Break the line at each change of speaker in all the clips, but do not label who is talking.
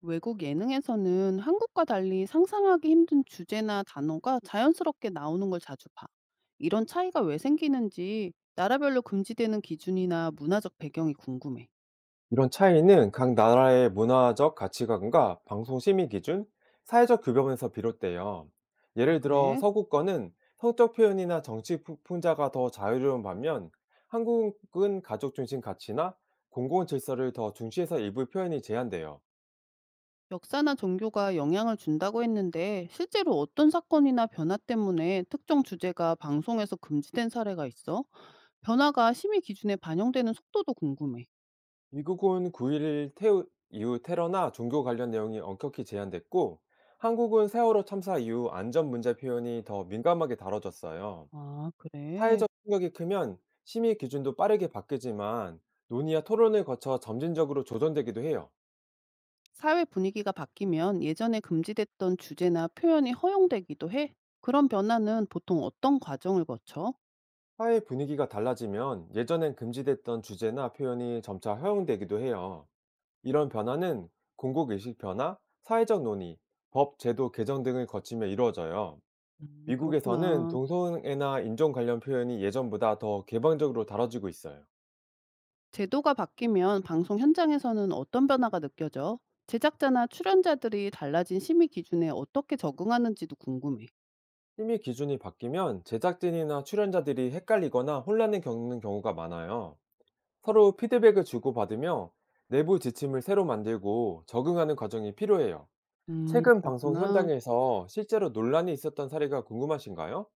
외국 예능에서는 한국과 달리 상상하기 힘든 주제나 단어가 자연스럽게 나오는 걸 자주 봐. 이런 차이가 왜 생기는지 나라별로 금지되는 기준이나 문화적 배경이 궁금해.
이런 차이는 각 나라의 문화적 가치관과 방송 심의 기준, 사회적 규범에서 비롯돼요.
아,
예를 들어
그래?
서구권은 성적 표현이나 정치 풍자가 더 자유로운 반면 한국은 가족 중심 가치나 공공 질서를 더 중시해서 일부 표현이 제한돼요.
역사나 종교가 영향을 준다고 했는데 실제로 어떤 사건이나 변화 때문에 특정 주제가 방송에서 금지된 사례가 있어? 변화가 심의 기준에 반영되는 속도도 궁금해.
미국은 9.11 이후 테러나 종교 관련 내용이 엄격히 제한됐고 한국은 세월호 참사 이후 안전 문제 표현이 더 민감하게 다뤄졌어요.
아, 그래.
사회적 충격이 크면 심의 기준도 빠르게 바뀌지만 논의와 토론을 거쳐 점진적으로 조정되기도 해요.
사회 분위기가 바뀌면 예전에 금지됐던 주제나 표현이 허용되기도 해. 그런 변화는 보통 어떤 과정을 거쳐?
사회 분위기가 달라지면 예전엔 금지됐던 주제나 표현이 점차 허용되기도 해요. 이런 변화는 공공의식 변화, 사회적 논의, 법, 제도 개정 등을 거치며 이루어져요. 미국에서는
그렇구나.
동성애나 인종 관련 표현이 예전보다 더 개방적으로 다뤄지고 있어요.
제도가 바뀌면 방송 현장에서는 어떤 변화가 느껴져? 제작자나 출연자들이 달라진 심의 기준에 어떻게 적응하는지도 궁금해.
심의 기준이 바뀌면 제작진이나 출연자들이 헷갈리거나 혼란을 겪는 경우가 많아요. 서로 피드백을 주고받으며 내부 지침을 새로 만들고 적응하는 과정이 필요해요. 최근 방송
그렇구나.
현장에서 실제로 논란이 있었던 사례가 궁금하신가요?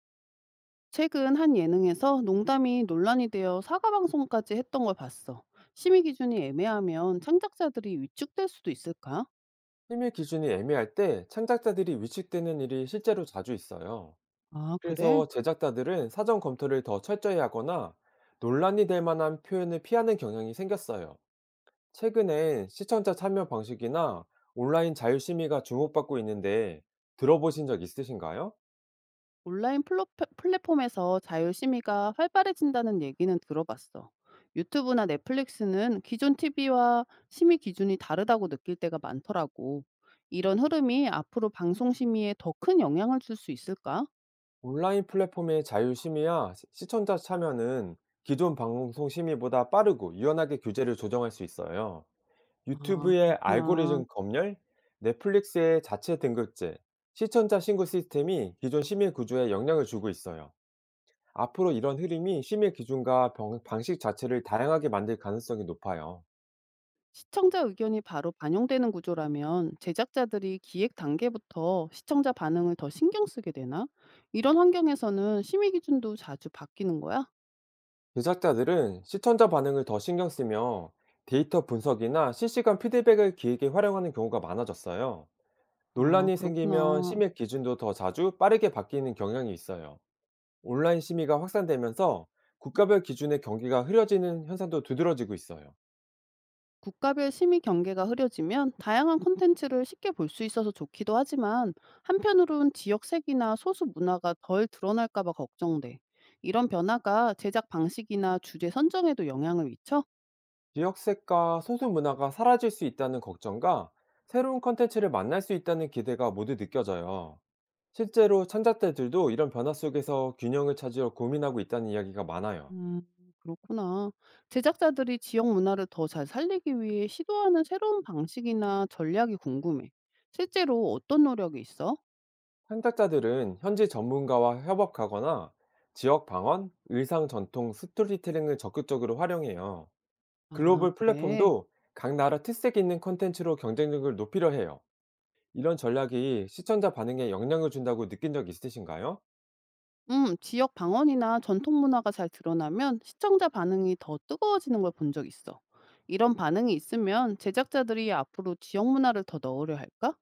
최근 한 예능에서 농담이 논란이 되어 사과 방송까지 했던 걸 봤어. 심의 기준이 애매하면 창작자들이 위축될 수도 있을까?
심의 기준이 애매할 때 창작자들이 위축되는 일이 실제로 자주 있어요.
아, 그래?
그래서 제작자들은 사전 검토를 더 철저히 하거나 논란이 될 만한 표현을 피하는 경향이 생겼어요. 최근엔 시청자 참여 방식이나 온라인 자유심의가 주목받고 있는데 들어보신 적 있으신가요?
온라인 플로 플랫폼에서 자율심의가 활발해진다는 얘기는 들어봤어. 유튜브나 넷플릭스는 기존 TV와 심의 기준이 다르다고 느낄 때가 많더라고. 이런 흐름이 앞으로 방송 심의에 더 큰 영향을 줄 수 있을까?
온라인 플랫폼의 자유 심의와 시청자 참여는 기존 방송 심의보다 빠르고 유연하게 규제를 조정할 수 있어요.
아,
유튜브의
그렇구나.
알고리즘 검열, 넷플릭스의 자체 등급제, 시청자 신고 시스템이 기존 심의 구조에 영향을 주고 있어요. 앞으로 이런 흐름이 심의 기준과 방식 자체를 다양하게 만들 가능성이 높아요.
시청자 의견이 바로 반영되는 구조라면 제작자들이 기획 단계부터 시청자 반응을 더 신경 쓰게 되나? 이런 환경에서는 심의 기준도 자주 바뀌는 거야?
제작자들은 시청자 반응을 더 신경 쓰며 데이터 분석이나 실시간 피드백을 기획에 활용하는 경우가 많아졌어요.
아,
논란이 생기면
그렇구나.
심의 기준도 더 자주 빠르게 바뀌는 경향이 있어요. 온라인 심의가 확산되면서 국가별 기준의 경기가 흐려지는 현상도 두드러지고 있어요.
국가별 심의 경계가 흐려지면 다양한 콘텐츠를 쉽게 볼 수 있어서 좋기도 하지만 한편으론 지역색이나 소수 문화가 덜 드러날까봐 걱정돼. 이런 변화가 제작 방식이나 주제 선정에도 영향을 미쳐?
지역색과 소수 문화가 사라질 수 있다는 걱정과 새로운 컨텐츠를 만날 수 있다는 기대가 모두 느껴져요. 실제로 창작자들도 이런 변화 속에서 균형을 찾으려 고민하고 있다는 이야기가 많아요.
음, 그렇구나. 제작자들이 지역 문화를 더 잘 살리기 위해 시도하는 새로운 방식이나 전략이 궁금해. 실제로 어떤 노력이 있어?
창작자들은 현지 전문가와 협업하거나 지역 방언, 의상 전통, 스토리텔링을 적극적으로 활용해요.
아,
글로벌
그래.
플랫폼도 각 나라 특색 있는 콘텐츠로 경쟁력을 높이려 해요. 이런 전략이 시청자 반응에 영향을 준다고 느낀 적 있으신가요?
지역 방언이나 전통 문화가 잘 드러나면 시청자 반응이 더 뜨거워지는 걸 본 적 있어. 이런 반응이 있으면 제작자들이 앞으로 지역 문화를 더 넣으려 할까?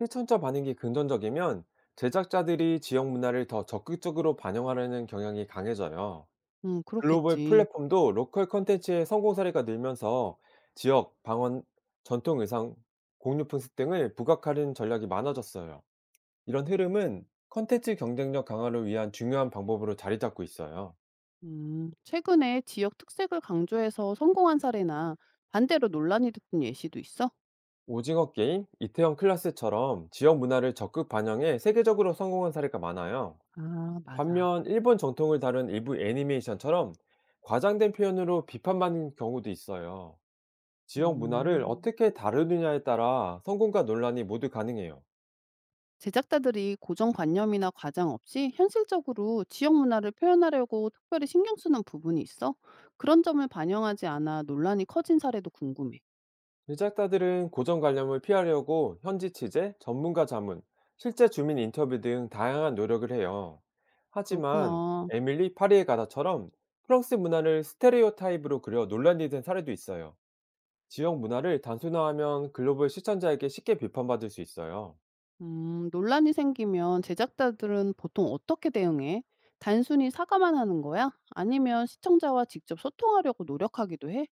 시청자 반응이 긍정적이면 제작자들이 지역 문화를 더 적극적으로 반영하려는 경향이 강해져요. 글로벌
그렇겠지.
플랫폼도 로컬 콘텐츠의 성공 사례가 늘면서 지역, 방언, 전통 의상, 공유품습 등을 부각하는 전략이 많아졌어요. 이런 흐름은 콘텐츠 경쟁력 강화를 위한 중요한 방법으로 자리 잡고 있어요.
최근에 지역 특색을 강조해서 성공한 사례나 반대로 논란이 됐던 예시도 있어?
오징어 게임, 이태원 클라스처럼 지역 문화를 적극 반영해 세계적으로 성공한 사례가 많아요.
아, 맞아.
반면 일본 정통을 다룬 일부 애니메이션처럼 과장된 표현으로 비판받는 경우도 있어요. 지역 문화를
음.
어떻게 다루느냐에 따라 성공과 논란이 모두 가능해요.
제작자들이 고정관념이나 과장 없이 현실적으로 지역 문화를 표현하려고 특별히 신경 쓰는 부분이 있어? 그런 점을 반영하지 않아 논란이 커진 사례도 궁금해.
제작자들은 고정관념을 피하려고 현지 취재, 전문가 자문, 실제 주민 인터뷰 등 다양한 노력을 해요. 하지만
그렇구나.
에밀리 파리의 가다처럼 프랑스 문화를 스테레오 타입으로 그려 논란이 된 사례도 있어요. 지역 문화를 단순화하면 글로벌 시청자에게 쉽게 비판받을 수 있어요.
논란이 생기면 제작자들은 보통 어떻게 대응해? 단순히 사과만 하는 거야? 아니면 시청자와 직접 소통하려고 노력하기도 해?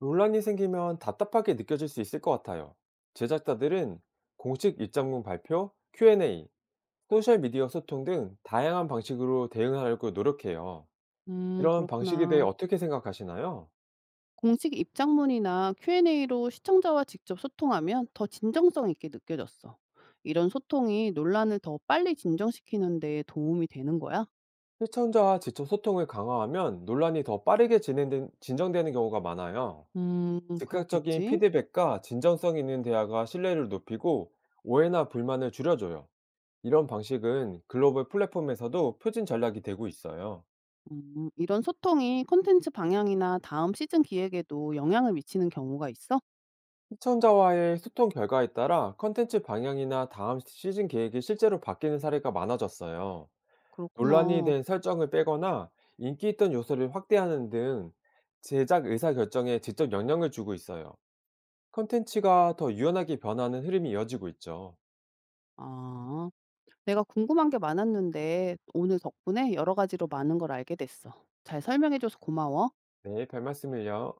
논란이 생기면 답답하게 느껴질 수 있을 것 같아요. 제작자들은 공식 입장문 발표, Q&A, 소셜미디어 소통 등 다양한 방식으로 대응하려고 노력해요. 이런 방식에 대해
그렇구나.
어떻게 생각하시나요?
공식 입장문이나 Q&A로 시청자와 직접 소통하면 더 진정성 있게 느껴졌어. 이런 소통이 논란을 더 빨리 진정시키는 데 도움이 되는 거야?
시청자와 직접 소통을 강화하면 논란이 더 빠르게 진정되는 경우가 많아요.
음,
즉각적인
그렇겠지.
피드백과 진정성 있는 대화가 신뢰를 높이고 오해나 불만을 줄여줘요. 이런 방식은 글로벌 플랫폼에서도 표준 전략이 되고 있어요.
이런 소통이 콘텐츠 방향이나 다음 시즌 기획에도 영향을 미치는 경우가 있어?
시청자와의 소통 결과에 따라 컨텐츠 방향이나 다음 시즌 계획이 실제로 바뀌는 사례가 많아졌어요. 논란이
그렇구나.
된 설정을 빼거나 인기 있던 요소를 확대하는 등 제작 의사 결정에 직접 영향을 주고 있어요. 콘텐츠가 더 유연하게 변하는 흐름이 이어지고 있죠.
아, 내가 궁금한 게 많았는데 오늘 덕분에 여러 가지로 많은 걸 알게 됐어. 잘 설명해줘서 고마워.
네, 별 말씀을요.